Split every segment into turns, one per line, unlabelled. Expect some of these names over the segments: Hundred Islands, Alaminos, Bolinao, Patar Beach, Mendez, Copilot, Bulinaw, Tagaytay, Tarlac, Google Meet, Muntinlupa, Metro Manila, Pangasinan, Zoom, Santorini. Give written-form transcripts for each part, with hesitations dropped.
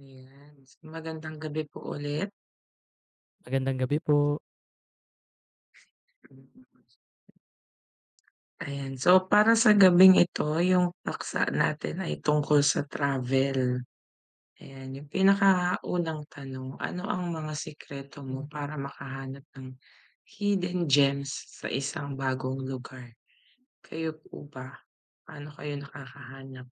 Ayan, so, magandang gabi po ulit.
Magandang gabi po.
Ayan, so para sa gabing ito yung paksa natin ay tungkol sa travel. Ayan, yung pinakaunang tanong, ano ang mga sikreto mo para makahanap ng hidden gems sa isang bagong lugar? Kayo po ba, paano kayo nakakahanap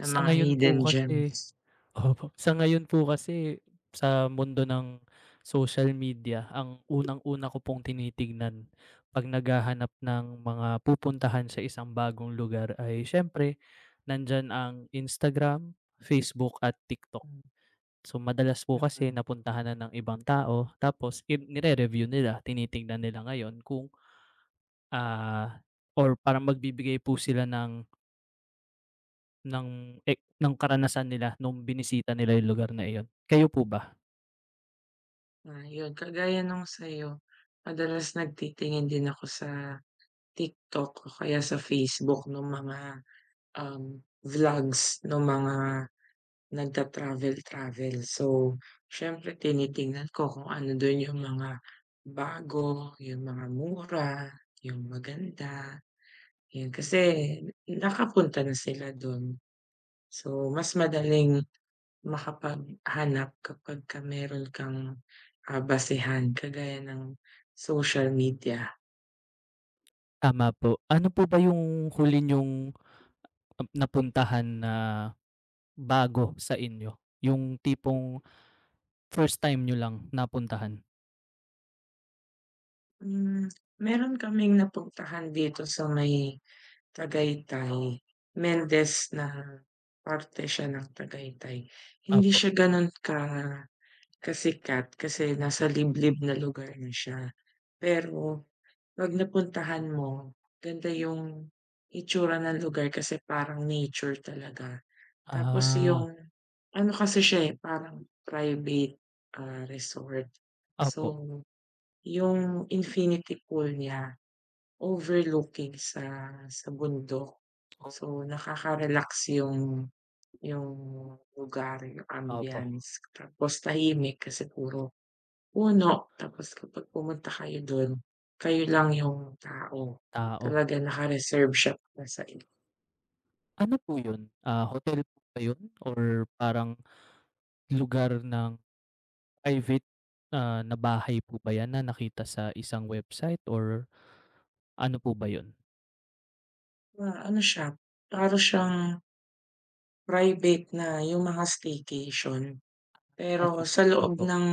ng
Sa
mga
ngayon
hidden
po
gems?
kasi opo, sa ngayon po kasi sa mundo ng social media, ang unang-una ko pong tinitignan 'pag naghahanap ng mga pupuntahan sa isang bagong lugar ay siyempre nandyan ang Instagram, Facebook at TikTok.
Hmm,
So, madalas po kasi
mm.
napuntahan na ng ibang tao tapos i nire-review nila, tinitingnan nila ngayon kung, ah, or parang magbibigay po sila ng ng ng karanasan nila nung binisita nila yung lugar na iyon. Kayo po ba?
Ah, yun kagaya nung sa'yo, madalas nagtitingin din ako sa TikTok o kaya sa Facebook nung mga, vlogs nung mga nagta-travel-travel. So, siyempre tinitingnan ko kung ano dun yung mga bago, yung mga mura, yung maganda, yun. Kasi nakapunta na sila dun. So, mas madaling makapaghanap kapagka meron kang, basehan kagaya ng social media.
Tama po. Ano po ba yung huli yung napuntahan na bago sa inyo? Yung tipong first time niyo lang napuntahan?
Hmm, meron kaming napuntahan dito sa may Tagaytay, Mendez na parte siya ng Tagaytay. Hindi
Opo.
siya gano'n ka kasikat kasi nasa liblib na lugar na siya. Pero 'pag napuntahan mo, ganda yung itsura ng lugar kasi parang nature talaga. Tapos
Ah,
yung ano kasi siya, eh, parang private, resort.
opo.
So, yung infinity pool niya overlooking sa bundok. So, nakaka-relax yung lugar, yung
Opo,
ambiance. Tapos tahimik kasi puro puno, tapos kapag pumunta kayo dun, kayo lang yung tao.
tao.
Talaga naka-reserve siya para sa inyo.
Ano po yun? Ah, hotel po ba yun or parang lugar ng private, na bahay po ba yan na nakita sa isang website or ano po ba yun?
Na ano siya, para siyang private na yung mga staycation. Pero
Kaso
sa loob
opo.
ng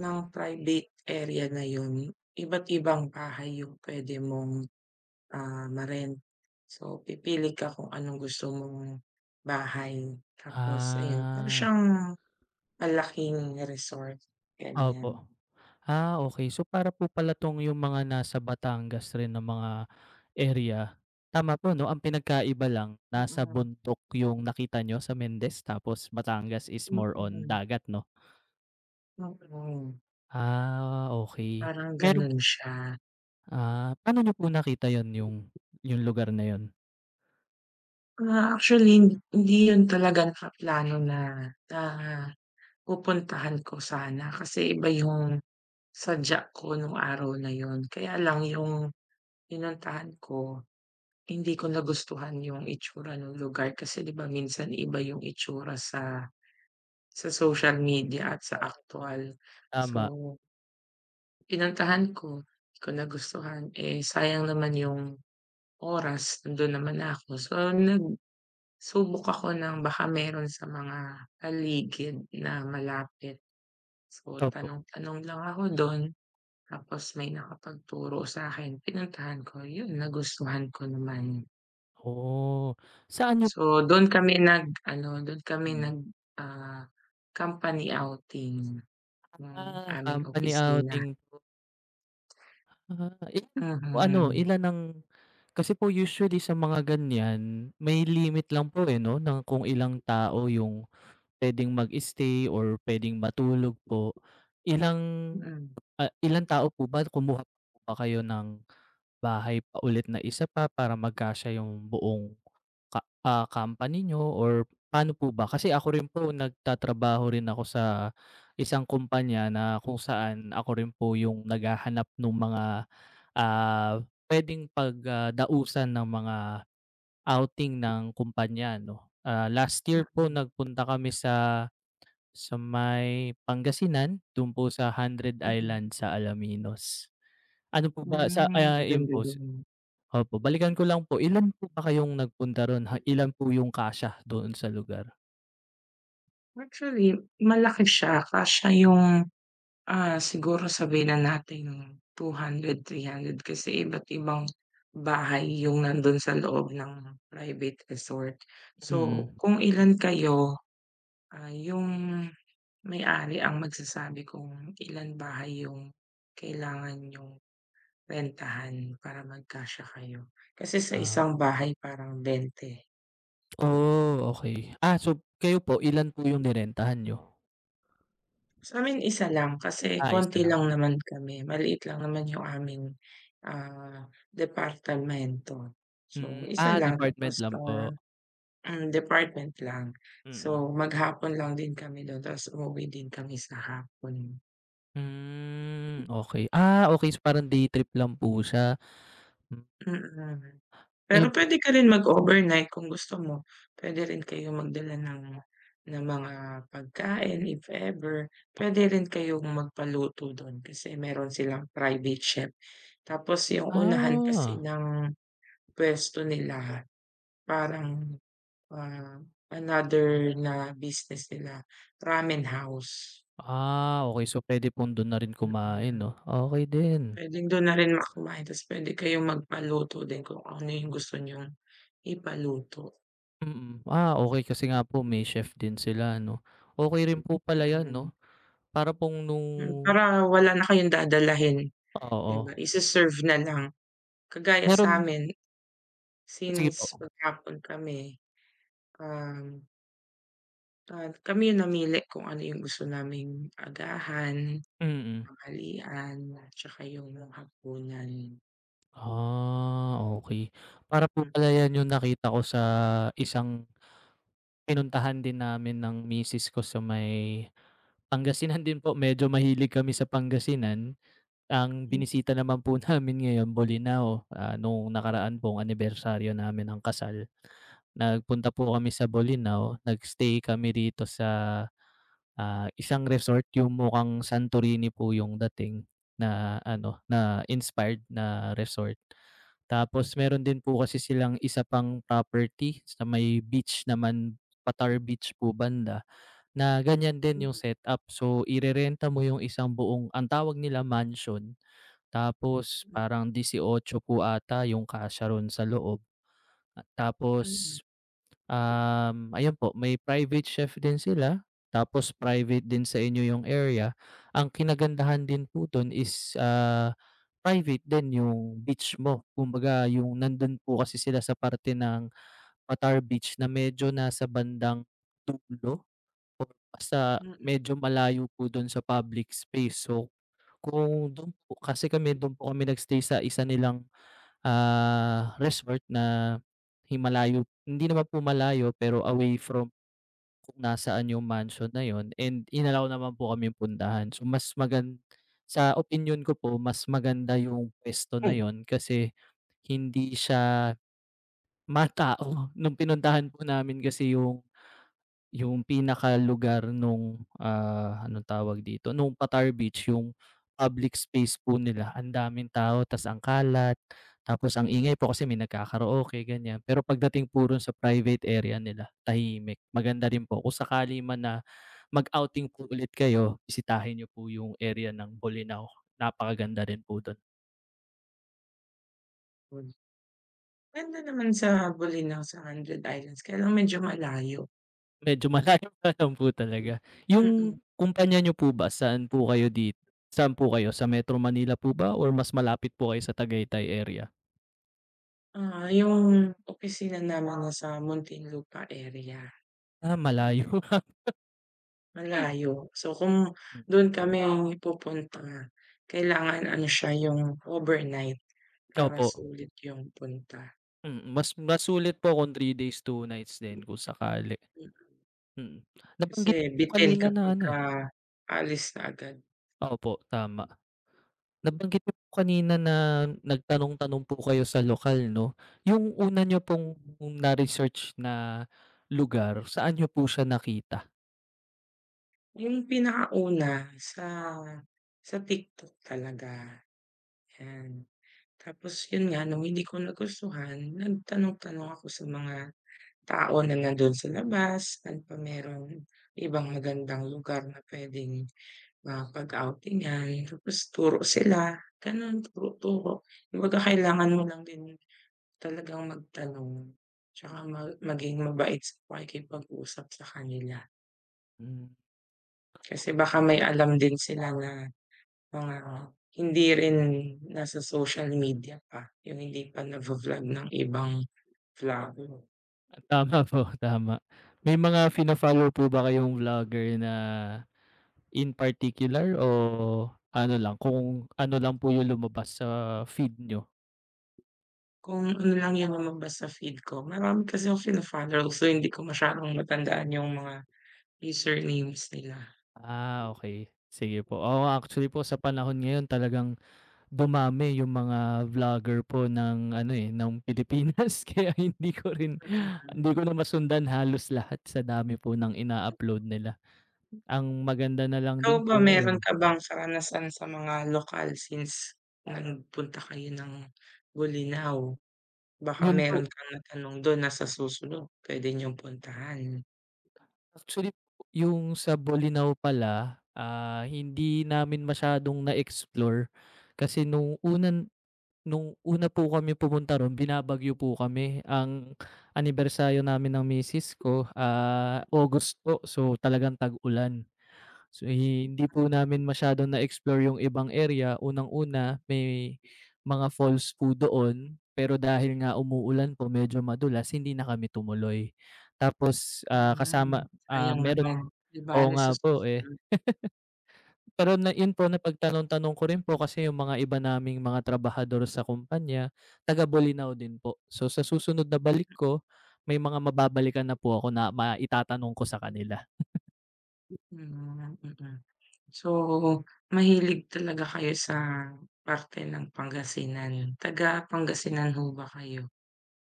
ng private area na yun, iba't ibang bahay yung puwede mong ma-rent. So, pipili ka kung anong gusto mong bahay tapos ayun, para
Ah,
siyang malaking resort, ganyan.
opo. Ah, okay. So, para po pala 'tong yung mga nasa Batangas rin na mga area, tama po 'no? Ang pinagkaiba lang, nasa
Mm.
bundok yung nakita nyo sa Mendez tapos Batangas is more on
Mm,
dagat 'no?
mm.
Ah, okay.
Parang
Meron.
gano'n siya.
Ah, paano niyo po nakita yon yung lugar na yon?
Ah, actually hindi 'yun talaga nakaplano na na pupuntahan ko sana kasi iba 'yung sadya ko nung araw na 'yun. Kaya lang 'yung pinuntahan ko. Hindi ko nagustuhan yung itsura nung lugar kasi 'di ba minsan iba yung itsura sa social media at sa aktuwal.
Tama,
So, pinuntahan ko, 'di ko nagustuhan, eh, sayang naman yung oras, nandun naman ako. So, nagsubok ako ng baka meron sa mga paligid na malapit. So,
opo.
tanong-tanong lang ako dun tapos may nakapagturo sa'kin, pinuntahan ko, yun nagustuhan ko naman.
Oh, saan niyo?
So, dun kami nag-ano, dun kami
Mm.
nag, ah, company outing ng
Ah,
aming
company
opisina.
outing. Ah, ilan po ano,
Mhm.
ilan ang kasi po usually sa mga ganyan, may limit lang po, eh, 'no, ng kung ilang tao yung puwedeng mag-stay or puwedeng matulog po. Ilang,
Mm,
ilang tao po ba? Kumuha pa po ba kayo ng bahay paulit na isa pa para magkasya yung buong ka company niyo or paano po ba? Kasi ako rin po, nagtatrabaho rin ako sa isang kumpanya na kung saan ako rin po yung naghahanap ng mga, ah, puwedeng pag, ng mga outing ng kumpanya 'no. Ah, last year
mm,
po nagpunta kami sa may Pangasinan, dun po sa one Hundred
mm.
Island sa Alaminos. Ano po ba sa
Hmm,
yun
maganda
po.
dun.
Opo, balikan ko lang po, ilan po ba kayong nagpunta ro'n? Ha, ilan po yung kasya doon sa lugar?
Actually, malaki siya kasya yung, siguro sabihin na nating 200, 300 kasi iba't ibang bahay yung nandun sa loob ng private resort. So,
Mm.
kung ilan kayo, yung may-ari ang magsasabi kung ilan bahay yung kailangan yung rentahan para magkasya kayo. Kasi sa
Ah,
isang bahay parang 20.
oh, okey. Ah, so kayo po, ilan po yung ninentahan niyo?
Sa'min isa lang kasi
Ah, isa
konti
lang.
lang naman kami, maliit lang naman yung aming, ah, departamento. So,
Mm,
isa
ah,
lang tapos,
department lang po.
department lang. So,
Mm.
maghapon lang din kami dun tapos umuwi din kami sa hapon.
Hmm, okey. Ah, okey. So parang day trip lang po siya. Hmm,
Mm. Mm. Pero
ayun po.
puwede ka rin mag-overnight kung gusto mo. Puwede rin kayong magdala ng mga pagkain if ever. Puwede rin kayong magpaluto dun kasi meron silang private chef. Tapos yung unahan kasi
Ah,
ng puwesto nila parang, ah, another na business nila, ramen house.
ah, okey. So puwede pong dun na rin kumain
Mm,
'no? Okey din.
puwedeng dun na rin kumain ta's puwede kayong magpaluto din kung ano yung gusto niyong ipaluto.
Mm. Ah, okey, kasi nga po may chef din sila 'no? Okey rin po pala 'yan
Mm.
'no? Para pong nung
Para wala na kayong dadalhin, 'di
Oo.
ba, ise-serve na lang. Kagaya
Meron,
sa'min,
sige
since
po,
maghapon kami, um, kami yung namili kung ano yung gusto naming agahan,
mm.
tanghalian, at saka yung hapunan.
Ah, okey. Para po
Mm,
pala 'yan yung nakita ko sa isang pinuntahan din namin ng misis ko sa may Pangasinan din po. Medyo mahilig kami sa Pangasinan. Ang
mm,
binisita naman po namin ngayon Bolinao, ah, nung nakaraan pong anibersaryo namin ng kasal, nagpunta po kami sa Bolinao, nag-stay kami dito sa Ah, isang resort yung mukhang Santorini po yung dating na ano, na inspired na resort. Tapos meron din po kasi silang isa pang property sa may beach naman, Patar Beach po banda, na ganyan din yung setup. So irerenta mo yung isang buong, ang tawag nila mansion, tapos
mm,
parang 18 po ata yung kasya ron sa loob. At
mm,
tapos ayun po, may private chef din sila, tapos private din sa inyo yung area. Ang kinagandahan din po dun is, ah, private din yung beach mo. Kumbaga yung nandun po kasi sila sa parte ng Patar Beach na medyo nasa bandang dulo or basta
mm,
medyo malayo po dun sa public space. So, kung dun po kasi kami, dun po kami nagstay sa isa nilang resort na hi hindi naman po malayo pero away from kung nasaan yung mansion na yon, and inalaw allow naman po kaming puntahan. So mas sa opinyon ko po, mas maganda yung puwesto na
hmm.
yon kasi hindi siya matao. Nung pinuntahan po namin kasi yung pinakalugar nung, ah, anong tawag dito, nung Qatar Beach, yung public space po nila, ang daming tao tas ang kalat, tapos ang ingay po kasi may nagkaka-karaoke ganyan. Pero pagdating po ron sa private area nila, tahimik, maganda rin po kung sakali man na mag-outing po ulit kayo, bisitahin niyo po yung area ng Bolinao, napakaganda rin po dun.
Ganda naman sa Bulinaw sa Hundred Islands kaya lang medyo malayo.
Medyo malayo pa lang po talaga.
Mm,
Yung kumpanya niyo po ba, saan po kayo saan po kayo, sa Metro Manila po ba or mas malapit po kayo sa Tagaytay area?
yung opisina namin nasa Muntinlupa area,
Ah, malayo.
yan. Malayo. So, kung don kami pupunta, kailangan ano siya, yung overnight para
Opo,
sulit yung punta.
mm, mas masulit po kung 3 days, 2 nights din kung sakali,
Hmm,
mm.
kasi
Nabanggit niyo po
bitin
kanina na ano
kapagka alis na agad.
opo, tama. Nabanggit niyo po kanina na nagtanong-tanong po kayo sa lokal 'no? Yung una niyo pong na-research na lugar, saan niyo po siya nakita?
Yung pinakauna sa TikTok talaga, 'yan. Tapos yun nga, nung hindi ko nagustuhan, nagtanong-tanong ako sa mga tao na nandun sa labas at pa merong ibang magandang lugar na puwedeng mapag-outingan tapos turo sila, gano'n turo-turo. Kumbaga kailangan mo lang din talagang magtanong tsaka maging mabait sa pakikipag-usap sa kanila.
Hmm.
Kasi baka may alam din sila na mga hindi rin nasa social media pa, yung hindi pa nagvo-vlog ng ibang vlogger.
Tama po, tama. May mga fina-follow po ba kayong vlogger na in particular o ano lang, kung ano lang po yung lumabas sa feed niyo?
Kung ano lang yung lumabas sa feed ko. Marami kasi akong fino-follow so hindi ko masyadong matandaan yung mga usernames nila.
Ah, okay. Sige po. Oo, actually po sa panahon ngayon talagang dumami yung mga vlogger po ng ano, eh, ng Pilipinas kaya hindi ko rin hindi ko na masundan halos lahat sa dami po ng ina-upload nila. Ang maganda na lang
Ikaw
din
ba
po
meron
ngayon,
ka bang karanasan sa mga lokal since nagpunta kayo ng Bolinao? Baka
yun po.
meron kang natanong dun na sa susunod puwede niyong puntahan.
Actually po, yung sa Bolinao pala, ah, hindi namin masyadong na-explore kasi nung nung una po kami pumunta ro'n, binabagyo po kami. Ang anibersaryo namin ng misis ko, ah, August po, so talagang tag-ulan. So, eh, hindi po namin masyadong na-explore yung ibang area. Unang-una, may mga falls po doon, pero dahil nga umuulan po, medyo madulas, hindi na kami tumuloy. Tapos, ah,
Hmm,
kasama ah,
sayang naman.
meron
'Di
oo
bale sa
nga po, eh.
susunod.
Pero na yun po, napagtanong-tanong ko rin po kasi yung mga iba naming mga trabahador sa kumpanya, taga Bolinao din po. So, sa susunod na balik ko, may mga mababalikan na po ako na maitatanong ko sa kanila.
Hmm, mm. So, mahilig talaga kayo sa parte ng Pangasinan. Taga Pangasinan ho ba kayo?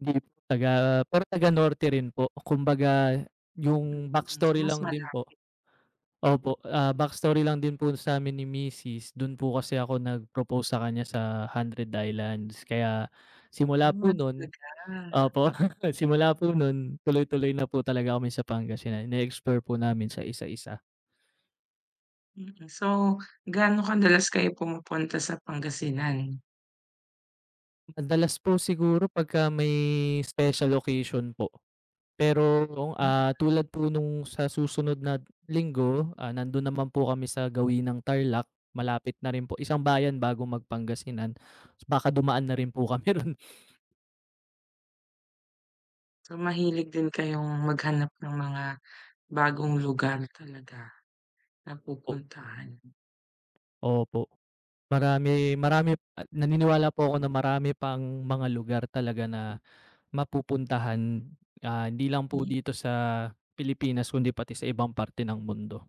Hindi po, taga pero taga-norte rin po. Kumbaga yung
Mm, so
backstory
mas
lang din po
malapit
opo, backstory lang din po sa'min ni misis, dun po kasi ako nag-propose sa kanya sa Hundred Islands. Kaya simula po
na
nun
talaga.
opo, simula po nun tuloy-tuloy na po talaga kami sa Pangasinan. Ine-explore po namin sa isa-isa.
Mm, so gaano kadalas kayo pumupunta sa Pangasinan?
Madalas po siguro pagka may special occasion po. Pero,
Mm,
ah, tulad po nung sa susunod na linggo, ah, nandun naman po kami sa gawin ng Tarlac, malapit na rin po, isang bayan bago pangasinan. Baka dumaan na rin po kami ro'n
so mahilig din kayong maghanap ng mga bagong lugar talaga na
po.
pupuntahan.
Opo, marami marami ah, naniniwala po ako na marami pang mga lugar talaga na mapupuntahan, ah, hindi lang po
Hmm,
dito sa Pilipinas kundi pati sa ibang parte ng mundo.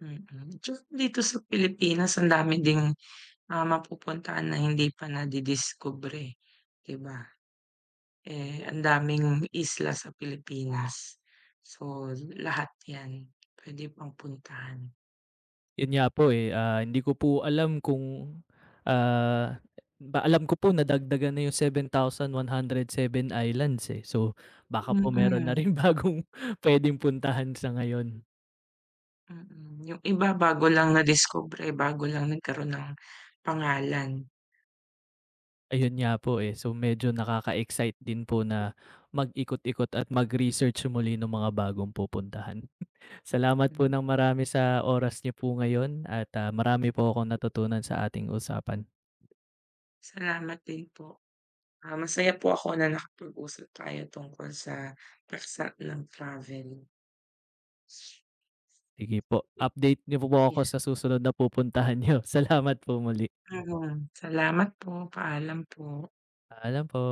mm. Tsaka dito sa Pilipinas ang dami ding, mapupuntahan na hindi pa nadidiskubre, 'di ba? Eh, ang daming isla sa Pilipinas. So, lahat 'yan puwede pang puntahan.
Yun nga po, eh, ah, hindi ko po alam kung, ah, ba alam ko po nadagdagan na yung 7,107 islands, eh. So, baka po meron na
Mm,
rin bagong puwedeng puntahan sa ngayon.
mm. Yung iba bago lang nadiskubre, bago lang nagkaroon ng pangalan.
Ayun nga po, eh. So, medyo nakaka-excite din po na mag-ikot-ikot at mag-research muli nung mga bagong pupuntahan. Salamat po
Hmm,
ng marami sa oras niyo po ngayon at, ah, marami po akong natutunan sa ating usapan.
salamat din po. Ah, masaya po ako na nakapag-usap tayo tungkol sa paksa ng travel.
Sige po, update niyo po
'Yan.
ako sa susunod na pupuntahan niyo. Salamat po muli.
Mm, salamat po, paalam po.
Paalam po.